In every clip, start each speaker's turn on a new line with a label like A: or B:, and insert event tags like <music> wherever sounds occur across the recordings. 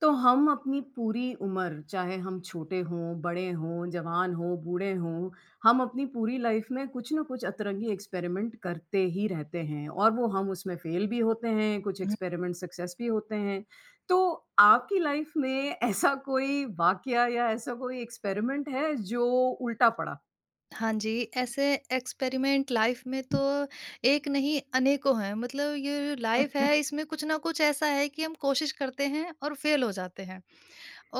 A: तो हम अपनी पूरी उम्र, चाहे हम छोटे हों, बड़े हों, जवान हों, बूढ़े हों, हम अपनी पूरी लाइफ में कुछ ना कुछ अतरंगी एक्सपेरिमेंट करते ही रहते हैं और वो हम उसमें फेल भी होते हैं, कुछ
B: हुँ,
A: एक्सपेरिमेंट सक्सेस भी होते हैं। तो आपकी लाइफ में ऐसा कोई वाकया या ऐसा कोई एक्सपेरिमेंट है जो उल्टा पड़ा?
B: हाँ जी, ऐसे एक्सपेरिमेंट लाइफ़ में तो एक नहीं अनेकों हैं। मतलब ये लाइफ़ है
A: <laughs>
B: इसमें कुछ न कुछ ऐसा है कि हम कोशिश करते हैं और फ़ेल हो जाते हैं।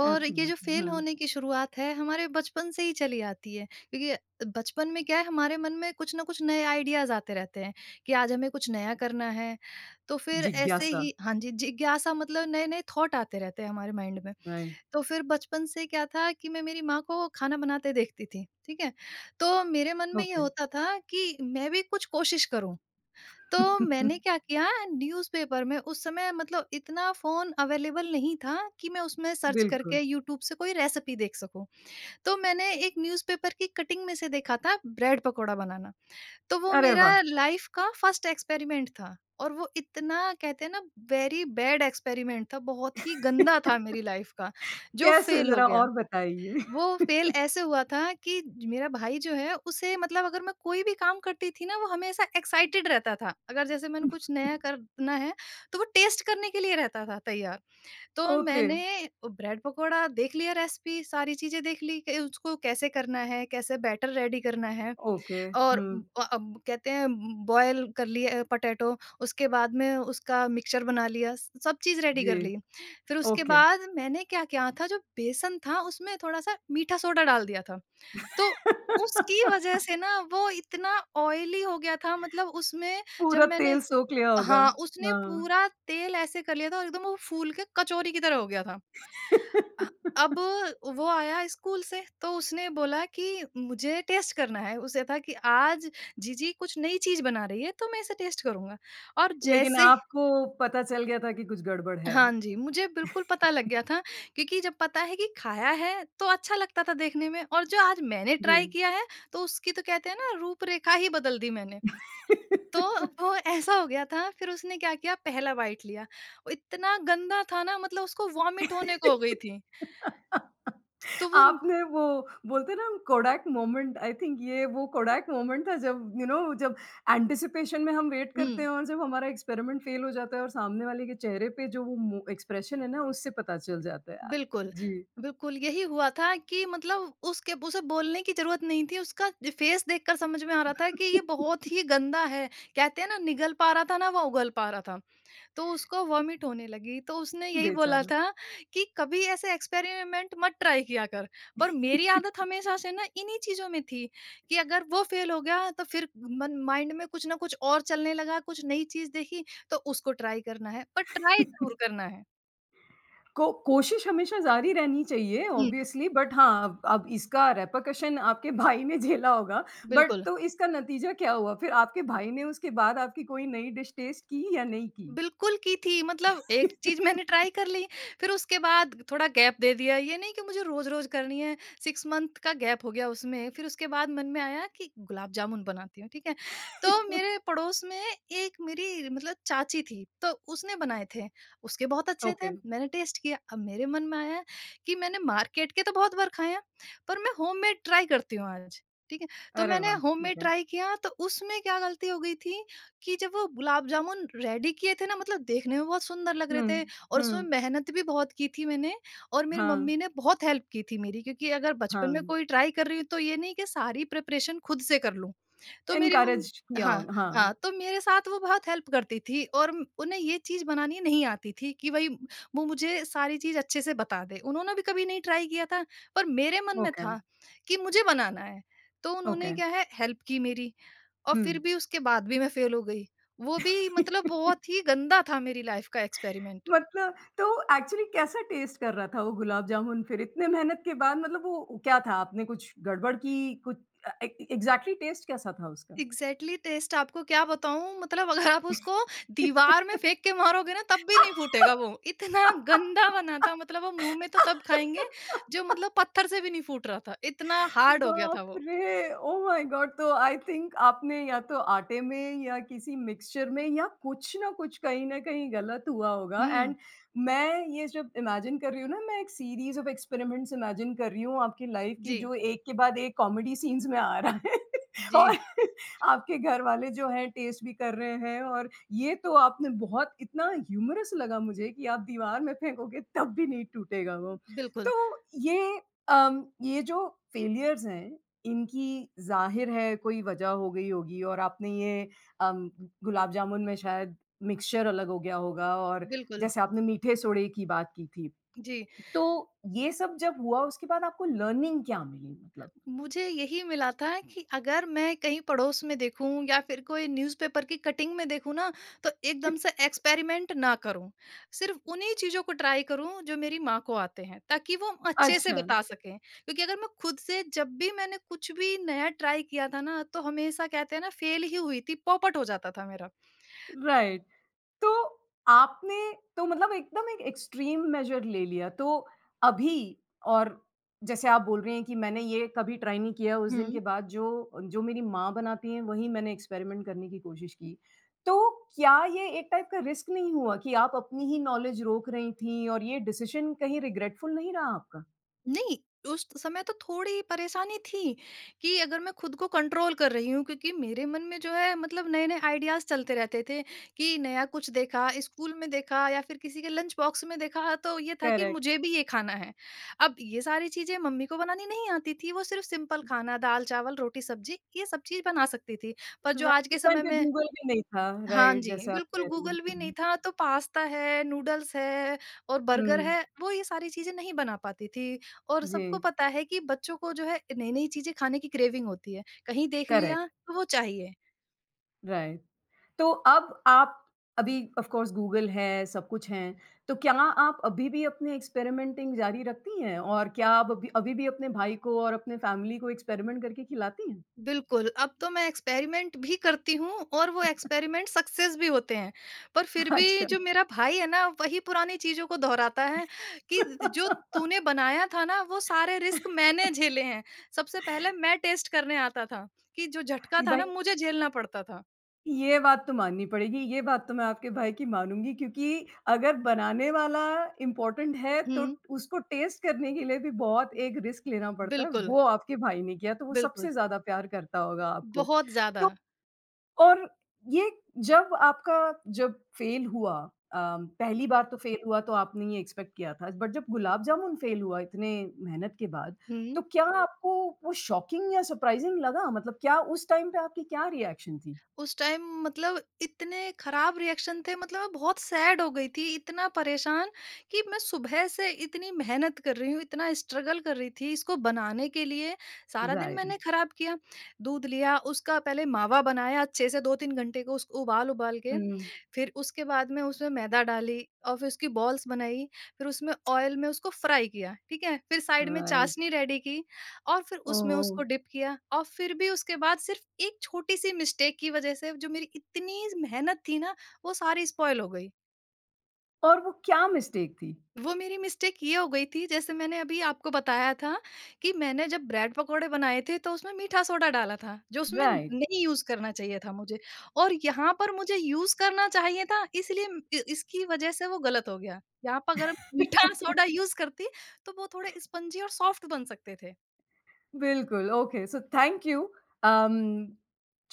B: और ये जो
A: एब्सोल्युटली
B: फेल
A: हाँ।
B: होने की शुरुआत है हमारे बचपन से ही चली आती है क्योंकि बचपन में क्या है हमारे मन में कुछ ना कुछ नए आइडियाज आते रहते हैं कि आज हमें कुछ नया करना है। तो फिर ऐसे
A: जिज्ञासा।
B: ही हाँ जी जिज्ञासा मतलब नए नए थॉट आते रहते हैं हमारे माइंड में।
A: राइट।
B: तो फिर बचपन से क्या था कि मैं मेरी माँ को खाना बनाते देखती थी, ठीक है। तो मेरे मन में ये
A: ओके।
B: होता था कि मैं भी कुछ कोशिश करूं। तो
A: <laughs>
B: मैंने क्या किया, न्यूज़पेपर में उस समय मतलब इतना फ़ोन अवेलेबल नहीं था कि मैं उसमें सर्च
A: बिल्कुल।
B: करके यूट्यूब से कोई रेसिपी देख सकूं। तो मैंने एक न्यूज़पेपर की कटिंग में से देखा था ब्रेड पकोड़ा बनाना। तो वो
A: अरे
B: मेरा
A: वाह!
B: लाइफ का फर्स्ट एक्सपेरिमेंट था और वो इतना कहते हैं ना वेरी बैड एक्सपेरिमेंट था, बहुत ही गंदा था
A: <laughs>
B: मेरी लाइफ का, जो
A: कैसे
B: फेल हो
A: ज़रा
B: गया।
A: और बताइए?
B: वो फेल
A: <laughs>
B: ऐसे हुआ था कि ज मेरा भाई जो है उसे मतलब अगर मैं कोई भी काम करती थी ना, वो हमेशा एक्साइटेड रहता था। अगर जैसे मैंने कुछ नया करना है, तो वो टेस्ट करने के लिए रहता था तैयार। तो
A: ओके,
B: मैंने ब्रेड पकोड़ा देख लिया रेसिपी, सारी चीज़ें देख ली कि उसको कैसे करना है, कैसे बैटर रेडी करना है।
A: ओके,
B: और
A: हुँ,
B: अब कहते हैं बॉयल कर लिए पोटैटो, उसके बाद में उसका मिक्सचर बना लिया, स सब चीज़ रेडी
A: जी,
B: कर ली। फिर उसके
A: ओके।
B: बाद मैंने क्या किया था, जो बेसन था उसमें थोड़ा-सा मीठा सोडा डाल दिया था। तो उसकी
A: <laughs>
B: वजह से ना वो इतना ऑयली हो गया था मतलब उसमें जब
A: पूरा
B: मैंने
A: तेल सोख लिया होगा,
B: हाँ, उसने
A: हाँ।
B: पूरा तेल ऐसे कर लिया था और एकदम वो फूल के कचौरी की तरह हो गया था। अ,
A: <laughs>
B: अब वो आया स्कूल से तो उसने बोला कि मुझे टेस्ट करना है। उसे था कि आज जीजी कुछ नई चीज़ बना रही है तो मैं इसे टेस्ट करूँगा और
A: लेकिन
B: जैसे
A: आपको पता चल गया था कि कुछ गड़बड़ है।
B: हाँ जी, मुझे बिल्कुल पता लग गया था क्योंकि जब पता है कि खाया है, तो अच्छा लगता था देखने में, और जो आज मैंने
A: जी।
B: ट्राई किया है, तो उसकी तो कहते हैं ना रूपरेखा ही बदल दी मैंने। तो
A: <laughs>
B: वो ऐसा हो गया था, फिर उसने क्या किया, पहला बाइट लिया, वो इतना गंदा था ना मतलब उसको वॉमिट होने को हो गई
A: <laughs>
B: थी। तो वो
A: आपने वो, बोलते हैं ना हम कोडैक मोमेंट, आई थिंक ये वो कोडैक मोमेंट था, जब यू you नो know, जब एंटिसिपेशन में हम वेट करते
B: हुँ,
A: हैं और जब हमारा एक्सपेरिमेंट फेल हो जाता है और सामने वाले के चेहरे पे जो वो एक्सप्रेशन है ना, उससे पता चल जाता है।
B: बिल्कुल।
A: जी।
B: बिल्कुल, यही हुआ था कि मतलब उसके उसे बोलने की ज़रूरत नहीं थी, उसका फेस देखकर समझ में आ रहा था कि ये
A: <laughs>
B: बहुत ही गंदा है। कहते हैं ना निगल पा रहा था ना वो उगल पा रहा था। तो उसको वॉमिट होने लगी तो उसने यही बोला
A: बेचारा।
B: था कि कभी ऐसे एक्सपेरिमेंट मत ट्राई किया कर। पर मेरी आदत हमेशा से ना इन्हीं चीजों में थी कि अगर वो फेल हो गया तो फिर मन माइंड में कुछ ना कुछ और चलने लगा, कुछ नई चीज देखी तो उसको ट्राई करना है, पर ट्राई जरूर करना है।
A: को कोशिश हमेशा जारी रहनी चाहिए,
B: हम्म,
A: ऑब्वियसली। बट हाँ, अब इसका रेपकशन आपके भाई ने झेला होगा। बट
B: बिल्कुल
A: तो इसका नतीजा क्या हुआ फिर? आपके भाई ने उसके बाद आपकी कोई नई डिश टेस्ट की या नहीं की?
B: बिल्कुल की थी, मतलब एक चीज़
A: <laughs>
B: मैंने ट्राई कर ली, फिर उसके बाद थोड़ा गैप दे दिया, ये नहीं कि मुझे रोज़-रोज़ करनी है, 6 मंथ का गैप हो गया उसमें, फिर उसके बाद मन में आया कि गुलाब जामुन बनाती हूँ, ठीक है? तो मेरे पड़ोस में एक मेरी मतलब चाची थी, तो उसने बनाए थे, उसके बहुत अच्छे
A: ओके।
B: थे, मैंने टेस्ट किया, अब मेरे मन में आया कि मैंने मार्केट के तो बहुत बार खाए हैं, पर मैं होममेड ट्राई करती हूँ आज, ठीक है? तो
A: अरे
B: मैंने
A: वाह!
B: होममेड
A: ओके,
B: ट्राई किया, तो उसमें क्या गलती हो गई थी कि जब वो गुलाब जामुन रेडी किए थे ना मतलब देखने में बहुत सुंदर लग रहे
A: हुँ,
B: थे और उसमें
A: हुँ,
B: मेहनत भी बहुत की थी मैंने और मेरी
A: हाँ,
B: मम्मी ने बहुत हेल्प की थी मेरी, क्योंकि अगर बचपन में
A: हाँ,
B: कोई ट्राई कर रही हूँ तो ये नहीं कि सारी प्रिपरेशन खुद से कर लूँ। तो मेरी मम्मी
A: एनकरेज किया
B: हाँ,
A: होगा, हाँ,
B: हाँ, तो मेरे साथ वो बहुत हेल्प करती थी। और उन्हें ये चीज़ बनानी नहीं आती थी कि भई वो मुझे सारी चीज़ अच्छे से बता दें। उन्होंने भी कभी नहीं ट्राई किया था, पर मेरे मन में
A: ओके,
B: था कि मुझे बनाना है। तो
A: ओके,
B: उन्होंने क्या है हेल्प की मेरी। और
A: हुँ।
B: फिर भी उसके बाद भी मैं फेल हो गई। वो भी मतलब
A: <laughs>
B: बहुत ही गंदा था मेरी लाइफ का एक्सपेरिमेंट।
A: मतलब तो एक्चुअली कैसा टेस्ट कर रहा था वो गुलाब जामुन फिर इतने मेहनत के बाद? मतलब वो क्या था? आपने कुछ गड़बड़ की कुछ अ, ए एग्ज़ैक्टली टेस्ट कैसा था उसका?
B: एग्ज़ैक्टली टेस्ट आपको क्या बताऊँ, मतलब अगर आप उसको दीवार में फेंक के मारोगे ना तब भी नहीं फूटेगा वो। इतना गंदा बना
A: <laughs>
B: था मतलब वो मुँह में तो तब खाएँगे जो मतलब पत्थर से भी नहीं फूट रहा था। इतना हार्ड हो गया
A: बाप
B: था वो।
A: रे! Oh my god! तो आई थिंक आपने या तो आटे में या किसी मिक्सचर में या कुछ ना कुछ कहीं न कहीं गलत हुआ होगा।
B: हुँ।
A: एंड मैं ये जब इमेजिन कर रही हूँ ना, मैं एक सीरीज़ ऑफ एक्सपेरिमेंट्स इमेजिन कर रही हूँ आपकी लाइफ़ की,
B: जी,
A: जो एक के बाद एक कॉमेडी सीन्स में आ रहा है। <laughs>
B: जी।
A: और आपके घर वाले जो हैं टेस्ट भी कर रहे हैं। और ये तो आपने, बहुत इतना ह्यूमरस लगा मुझे कि आप दीवार में फेंकोगे तब भी नहीं टूटेगा वो।
B: बिल्कुल,
A: तो ये ये जो फेलियर्स हैं, इनकी ज़ाहिर है कोई वजह हो गई होगी। और आपने अम, गुलाब जामुन में शायद मिक्सचर अलग हो गया होगा, और
B: बिल्कुल।
A: जैसे आपने मीठे सोडे की बात की थी।
B: जी।
A: तो ये सब जब हुआ उसके बाद आपको लर्निंग क्या मिली, मतलब?
B: मुझे यही मिला था कि अगर मैं कहीं पड़ोस में देखूं या फिर कोई न्यूज़पेपर की कटिंग में देखूं ना, तो एकदम से
A: <laughs>
B: एक्सपेरिमेंट ना करूं, सिर्फ उन्हीं चीज़ों को ट्राई करूं जो मेरी माँ को आते हैं ताकि वो अच्छे से
A: अच्छा।
B: बता सकें, क्योंकि अगर मैं खुद से जब भी मैंने कुछ भी नया ट्राई किया था ना तो हमेशा कहते हैं ना फेल ही हुई थी, पॉपट हो जाता था मेरा।
A: राइट। तो आपने तो मतलब एकदम एक एक्सट्रीम मेजर ले लिया। तो अभी, और जैसे आप बोल रहे हैं कि मैंने ये कभी ट्राई नहीं किया, उस दिन के बाद जो जो मेरी माँ बनाती हैं वही मैंने एक्सपेरिमेंट करने की कोशिश की। तो क्या ये एक टाइप का रिस्क नहीं हुआ कि आप अपनी ही नॉलेज रोक रही थीं, और ये डिसीज़न कहीं रिग्रेटफुल नहीं रहा आपका?
B: नहीं, उस समय तो थोड़ी परेशानी थी कि अगर मैं खुद को कंट्रोल कर रही हूँ, क्योंकि मेरे मन में जो है मतलब नए-नए आइडियाज़ चलते रहते थे कि नया कुछ देखा, स्कूल में देखा या फिर किसी के लंच बॉक्स में देखा तो ये था कि
A: करेक्ट।
B: मुझे भी ये खाना है। अब ये सारी चीज़ें मम्मी को बनानी नहीं आती थी, वो सिर्फ़ सिंपल खाना दाल, चावल, रोटी, सब्ज़ी ये सब चीज़ बना सकती थी। पर जो आज
A: राइट, उस
B: के
A: टाइम
B: समय
A: पे
B: में
A: गूगल भी नहीं था,
B: हाँ
A: राइट,
B: जी,
A: जैसे आप
B: बिल्कुल
A: कह रही हैं।
B: गूगल भी
A: हुँ,
B: नहीं था, तो पास्ता है, नूडल्स है और बर्गर
A: हुँ,
B: है, वो ये सारी चीज़ें नहीं बना पाती थी। और
A: जी,
B: सबको पता है कि बच्चों को जो है नई-नई चीज़ें खाने की क्रेविंग होती है, कहीं देख
A: करेक्ट,
B: लिया तो वो चाहिए।
A: राइट। तो अब आप अभी ऑफ़ कोर्स गूगल है, सब कुछ है, तो क्या आप अभी भी अपने एक्सपेरिमेंटिंग जारी रखती हैं? और क्या आप अभी अभी भी अपने भाई को और अपने फैमिली को एक्सपेरिमेंट करके खिलाती हैं?
B: बिल्कुल, अब तो मैं एक्सपेरिमेंट भी करती हूँ और वो एक्सपेरिमेंट सक्सेस भी होते हैं। पर फिर भी
A: अच्छा।
B: जो मेरा भाई है ना, वही पुरानी चीज़ों को दोहराता है कि जो
A: <laughs>
B: तूने बनाया था ना, वो सारे रिस्क मैंने झेले हैं। सबसे पहले मैं टेस्ट करने आता था कि जो झटका
A: ये
B: था
A: भाई,
B: ना, मुझे झेलना पड़ता था।
A: ये बात तो माननी पड़ेगी, ये बात तो मैं आपके भाई की मानूँगी, क्योंकि अगर बनाने वाला इम्पोर्टेंट है, तो
B: हुँ।
A: उसको टेस्ट करने के लिए भी बहुत एक रिस्क लेना पड़ता है,
B: बिल्कुल,
A: वो आपके भाई ने किया, तो वो
B: बिल्कुल।
A: सबसे ज़्यादा प्यार करता होगा आपको।
B: बहुत ज़्यादा।
A: तो और ये, जब आपका जब फ़ेल हुआ, पहली बार तो फ़ेल हुआ तो आपने ये एक्सपेक्ट किया था, बट जब गुलाब जामुन फ़ेल हुआ इतने मेहनत के बाद,
B: हुँ।
A: तो क्या हुँ। आपको वो शॉकिंग या सरप्राइज़िंग लगा? मतलब क्या उस टाइम पे आपकी क्या रिएक्शन थी?
B: उस टाइम मतलब इतने खराब रिएक्शन थे, मतलब मैं बहुत सैड हो गई थी, इतना परेशान कि मैं सुबह से इतनी मेहनत कर रही हूँ, इतना स्ट्रगल कर रही थी इसको बनाने के लिए, सारा दिन
A: ज़ाहिर है।
B: मैंने खराब किया। दूध लिया, उसका पहले मावा बनाया अच्छे से 2-3 घंटे को उसको उबाल-उबाल के,
A: हुँ,
B: फिर उसके बाद में उसमें मैदा डाली और फिर उसकी बॉल्स बनाई, फिर उसमें ऑयल में उसको फ्राई किया, ठीक है, फिर साइड में
A: राइट,
B: चाशनी रेडी की और फिर उसमें
A: ओह!
B: उसको डिप किया, और फिर भी उसके बाद सिर्फ एक छोटी सी मिस्टेक की वजह से जो मेरी इतनी मेहनत थी ना वो सारी स्पॉयल हो गई।
A: और वो क्या मिस्टेक थी?
B: वो मेरी मिस्टेक ये हो गई थी, जैसे मैंने अभी आपको बताया था कि मैंने जब ब्रेड पकौड़े बनाए थे तो उसमें मीठा सोडा डाला था जो उसमें
A: राइट।
B: नहीं यूज करना चाहिए था मुझे, और यहाँ पर मुझे यूज करना चाहिए था। इसलिए इसकी वजह से वो गलत हो गया। यहाँ पर अगर मीठा <laughs>
A: <laughs>
B: सोडा यूज करती तो वो थोड़े स्पंजी और सॉफ्ट बन सकते थे।
A: बिल्कुल। Okay, so thank you. Um,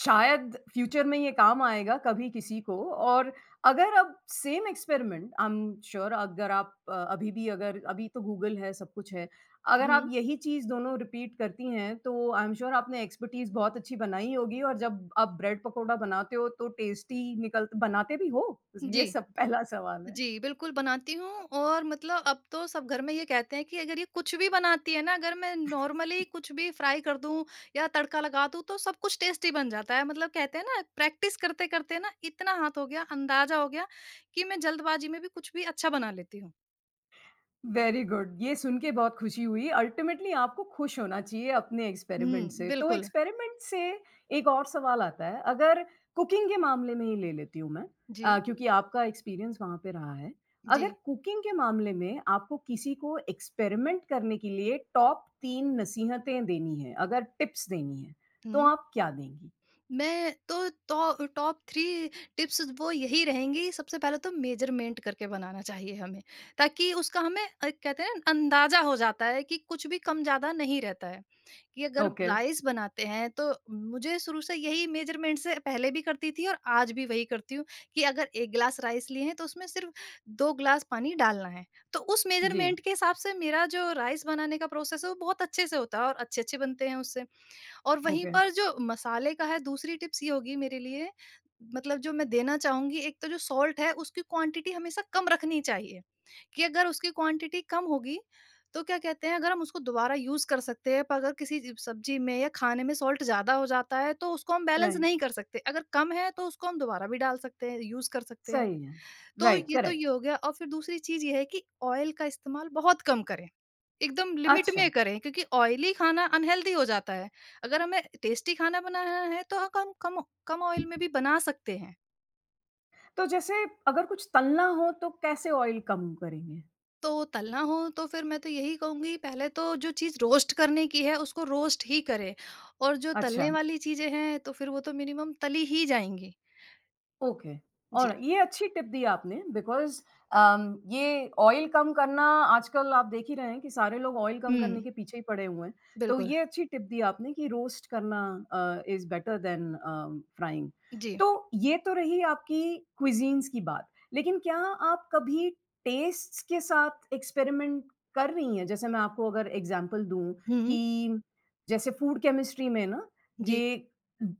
A: शायद फ्यूचर में ये काम आएगा कभी किसी को। और अगर अब same experiment, I am sure, अगर आप अभी भी, अगर अभी तो गूगल है, सब कुछ है। अगर आप
B: हम्म।
A: यही चीज़ दोनों रिपीट करती हैं, तो आई एम श्योर आपने एक्सपर्टीज़ बहुत अच्छी बनाई होगी, और जब आप ब्रेड पकोड़ा बनाते हो, तो टेस्टी निकल बनाते भी हो? ये
B: जी।
A: सब पहला सवाल है।
B: जी, बिल्कुल बनाती हूँ। और मतलब अब तो सब घर में ये कहते हैं कि अगर ये कुछ भी बनाती है ना, अगर मैं नॉर्मली कुछ भी फ्राई कर दूँ या तड़का लगा दूँ, तो सब कुछ टेस्टी बन जाता है। मतलब कहते हैं ना, प्रैक्टिस करते-करते ना इतना हाथ हो गया, अंदाज़ा हो गया कि मैं जल्दबाज़ी में भी कुछ भी अच्छा बना लेती हूँ।
A: Very good. ये सुन के बहुत खुशी हुई। अल्टीमेटली आपको खुश होना चाहिए अपने एक्सपेरिमेंट
B: हुँ,
A: से। तो
B: बिल्कुल।
A: एक्सपेरिमेंट से एक और सवाल आता है, अगर कुकिंग के मामले में ही ले लेती हूँ मैं,
B: जी,
A: क्योंकि आपका एक्सपीरियंस वहाँ पे रहा है।
B: जी।
A: अगर कुकिंग के मामले में आपको किसी को एक्सपेरिमेंट करने के लिए टॉप 3 नसीहतें देनी हैं, अगर टिप्स देनी हैं, तो
B: हुँ।
A: आप क्या देंगी?
B: मैं तो टॉ टॉप 3 टिप्स वो यही रहेंगी, सबसे पहले तो मेज़रमेंट करके बनाना चाहिए हमें, ताकि उसका हमें कहते हैं ना अंदाज़ा हो जाता है कि कुछ भी कम-ज़्यादा नहीं रहता है, कि अगर
A: ओके,
B: राइस बनाते हैं तो मुझे शुरू से यही मेज़रमेंट से पहले भी करती थी और आज भी वही करती हूँ कि अगर 1 ग्लास राइस लिए हैं तो उसमें सिर्फ़ 2 ग्लास पानी डालना है। तो उस
A: जी,
B: मेज़रमेंट के हिसाब से मेरा जो राइस बनाने का प्रोसेस है वो बहुत अच्छे से होता है और अच्छे-अच्छे बनते हैं उससे। और वहीं
A: ओके,
B: पर जो मसाले का है, दूसरी टिप्स ये होगी मेरे लिए, मतलब जो मैं देना चाहूंगी, एक तो जो सॉल्ट है उसकी क्वांटिटी हमेशा कम रखनी चाहिए कि अगर उसकी क्वांटिटी कम होगी तो क्या कहते हैं अगर हम उसको दोबारा यूज कर सकते हैं, पर अगर किसी सब्जी में या खाने में सॉल्ट ज्यादा हो जाता है तो उसको हम बैलेंस
A: राइट,
B: नहीं कर सकते, अगर कम है तो उसको हम दोबारा भी डाल सकते हैं, यूज कर सकते हैं।
A: सही है। राइट,
B: तो
A: करेक्ट,
B: ये हो गया और फिर दूसरी चीज ये है कि ऑयल का इस्तेमाल बहुत कम करें, एकदम लिमिट
A: अच्छा।
B: में करें क्योंकि ऑयली खाना अनहेल्दी हो जाता है। अगर हमें टेस्टी खाना बनाना है तो ह कम कम कम ऑयल में भी बना सकते हैं।
A: तो जैसे अगर कुछ तलना हो, तो कैसे ऑयल कम करेंगे?
B: तो तलना हो तो फिर मैं तो यही कहूँगी, पहले तो जो चीज़ रोस्ट करने की है उसको रोस्ट ही करें और जो
A: अच्छा।
B: तलने वाली चीज़ें हैं तो फिर वो तो मिनिमम तली ही जाएँगी।
A: ओके।
B: जी।
A: ऑलराइट, ये अच्छी टिप दी आपने, बिकॉज़ ये ऑयल कम करना, आजकल आप देख ही रहे हैं कि सारे लोग ऑयल कम करने
B: हुँ,
A: के पीछे ही पड़े हुए हैं। तो
B: बिल्कुल।
A: ये अच्छी टिप दी आपने कि रोस्ट करना इज़ बेटर दैन फ्राइंग।
B: जी।
A: तो ये तो रही आपकी क्विज़ीन्स की बात। लेकिन क्या आप कभी टेस्ट्स के साथ एक्सपेरिमेंट कर रही हैं? जैसे मैं आपको अगर एग्ज़ाम्पल दूँ
B: हुँ।
A: कि जैसे फूड केमिस्ट्री में ना,
B: जी,
A: ये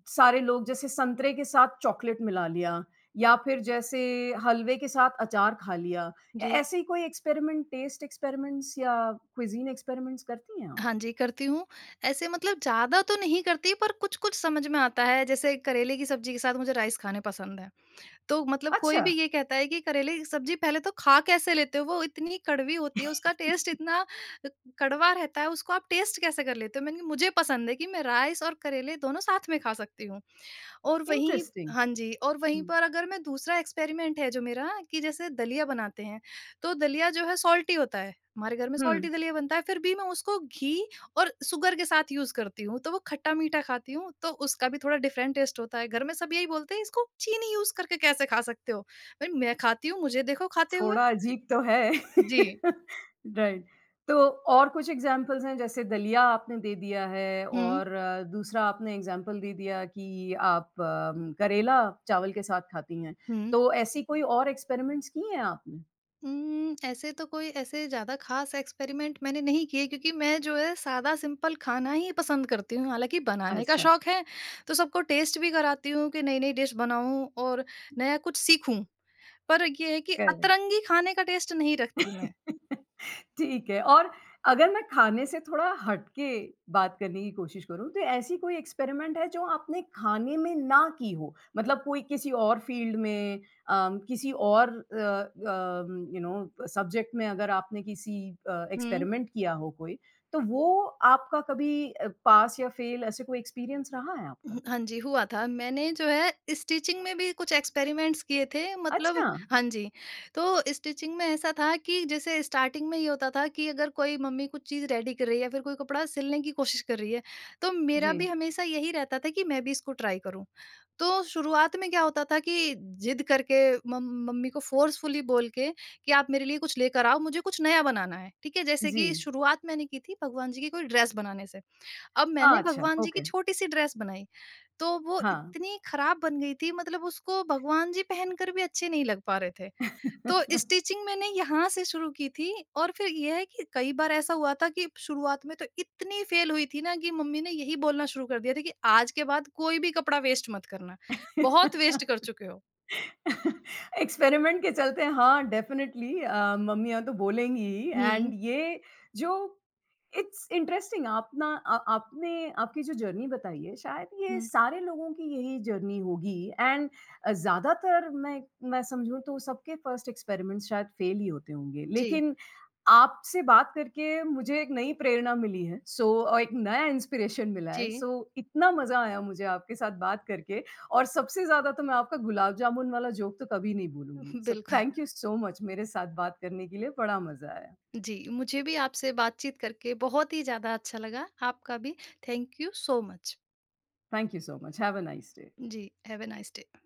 A: सारे लोग जैसे संतरे के साथ चॉकलेट मिला लिया, या फिर जैसे हलवे के साथ अचार खा लिया। ए
B: जी।
A: ऐसे ही कोई एक्सपेरिमेंट, टेस्ट एक्सपेरिमेंट्स या क्विज़ीन एक्सपेरिमेंट्स करती हैं आप?
B: हाँ जी, करती हूँ। ऐसे मतलब ज़्यादा तो नहीं करती पर कुछ-कुछ समझ में आता है, जैसे करेले की सब्ज़ी के साथ मुझे राइस खाने पसंद है। तो मतलब कोई
A: अच्छा।
B: भी ये कहता है कि करेले की सब्जी पहले तो खा कैसे लेते हो? वो इतनी कड़वी होती है, उसका टेस्ट
A: <laughs>
B: इतना अ, कड़वा रहता है, उसको आप टेस्ट कैसे कर लेते हो? मैंने कहा मुझे पसंद है कि मैं राइस और करेले दोनों साथ में खा सकती हूँ। और वहीं
A: इंटरेस्टिंग।
B: हाँ जी, और वहीं
A: हुँ,
B: पर अगर मैं दूसरा एक्सपेरिमेंट है जो मेरा कि जैसे दलिया बनाते हैं, तो दलिया जो है सॉल्टी होता है। हमारे घर में
A: हुँ,
B: सॉल्टी
A: <laughs>
B: दलिया बनता है, फिर भी मैं उसको घी और शुगर के साथ यूज़ करती हूँ, तो वो खट्टा-मीठा खाती हूँ, तो उसका भी थोड़ा डिफरेंट टेस्ट होता है। घर में सब यही बोलते हैं, "इसको चीनी यूज़ करके कैसे खा सकते हो?" भई मैं खाती हूँ, मुझे देखो खाते हुए।
A: थोड़ा अजीब तो है।
B: जी।
A: <laughs> राइट। तो और कुछ एग्ज़ाम्पल्स हैं? जैसे दलिया आपने दे दिया है,
B: हुँ,
A: और दूसरा आपने एग्ज़ाम्पल दे दिया कि आप करेला चावल के साथ खाती हैं।
B: हुँ।
A: तो ऐसी कोई और एक्सपेरिमेंट्स किए हैं आपने?
B: ऐसे तो कोई ऐसे ज़्यादा ख़ास एक्सपेरिमेंट मैंने नहीं किए क्योंकि मैं जो है सादा सिंपल खाना ही पसंद करती हूँ। हालाँकि बनाने का
A: अच्छा,
B: शौक है, तो सबको टेस्ट भी कराती हूँ कि नई-नई डिश बनाऊँ और नया कुछ सीखूँ। पर ये है कि
A: करेक्ट।
B: अतरंगी खाने का टेस्ट नहीं रखती मैं।
A: <laughs> ठीक है। और अगर मैं खाने से थोड़ा हट के बात करने की कोशिश करूँ, तो ऐसी कोई एक्सपेरिमेंट है जो आपने खाने में ना की हो? मतलब कोई किसी और फ़ील्ड में, किसी और uh, um, you know subject में, अगर आपने किसी
B: हुँ।
A: एक्सपेरिमेंट किया हो कोई, तो वो आपका कभी पास या फ़ेल, ऐसे कोई एक्सपीरियंस रहा है आपका?
B: हुँ, हाँ जी, हुआ था। मैंने जो है स्टिचिंग में भी कुछ एक्सपेरिमेंट्स किए थे मतलब
A: अच्छा,
B: हाँ जी। तो स्टिचिंग में ऐसा था कि जैसे स्टार्टिंग में ये होता था कि अगर कोई मम्मी कुछ चीज़ रेडी कर रही है या फिर कोई कपड़ा सिलने की कोशिश कर रही है, तो मेरा भी
A: जी,
B: हमेशा यही रहता था कि मैं भी इसको ट्राई करूँ। तो शुरुआत में क्या होता था कि ज़िद करके मम मम्मी को फ़ोर्सफुली बोल के कि आप मेरे लिए कुछ लेकर आओ, मुझे कुछ नया बनाना है, ठीक है? जैसे
A: जी।
B: कि शुरुआत मैंने की थी भगवान जी की कोई ड्रेस बनाने से। अब मैंने
A: अच्छा,
B: भगवान जी की
A: ओके,
B: छोटी-सी ड्रेस बनाई, तो वो
A: हाँ।
B: इतनी खराब बन गई थी, मतलब उसको भगवान जी पहनकर भी अच्छे नहीं लग पा रहे थे। तो
A: <laughs>
B: स्टिचिंग मैंने यहाँ से शुरू की थी और फिर ये है कि कई बार ऐसा हुआ था कि शुरुआत में तो इतनी फेल हुई थी ना कि मम्मी ने यही बोलना शुरू कर दिया था कि आज के बाद कोई भी कपड़ा वेस्ट मत करना, बहुत वेस्ट कर चुके हो।
A: <laughs> एक्सपेरिमेंट के चलते हैं, हाँ, डेफ़िनेटली मम्मियाँ तो बोलेंगी ही। एंड
B: हुँ,
A: ये जो इट्स इंटरेस्टिंग, अपना अ, आपने आपकी जो जर्नी बताई है, शायद ये
B: हुँ।
A: सारे लोगों की यही जर्नी होगी। एंड ज़्यादातर मैं समझूँ तो सबके फर्स्ट एक्सपेरिमेंट्स शायद फेल ही होते होंगे।
B: जी,
A: लेकिन आपसे बात करके मुझे एक नई प्रेरणा मिली है, सो, और एक नया इंस्पिरेशन मिला
B: जी,
A: है। सो इतना मज़ा आया मुझे आपके साथ बात करके। और सबसे ज़्यादा तो मैं आपका गुलाब जामुन वाला जोक तो कभी नहीं भूलूँगी।
B: <laughs>
A: सो
B: बिल्कुल।
A: थैंक यू सो मच मेरे साथ बात करने के लिए, बड़ा मज़ा आया।
B: जी, मुझे भी आपसे बातचीत करके बहुत ही ज़्यादा अच्छा लगा, आपका भी thank you so much.
A: Thank you so much. Have a nice day.
B: जी, हैव अ नाइस डे।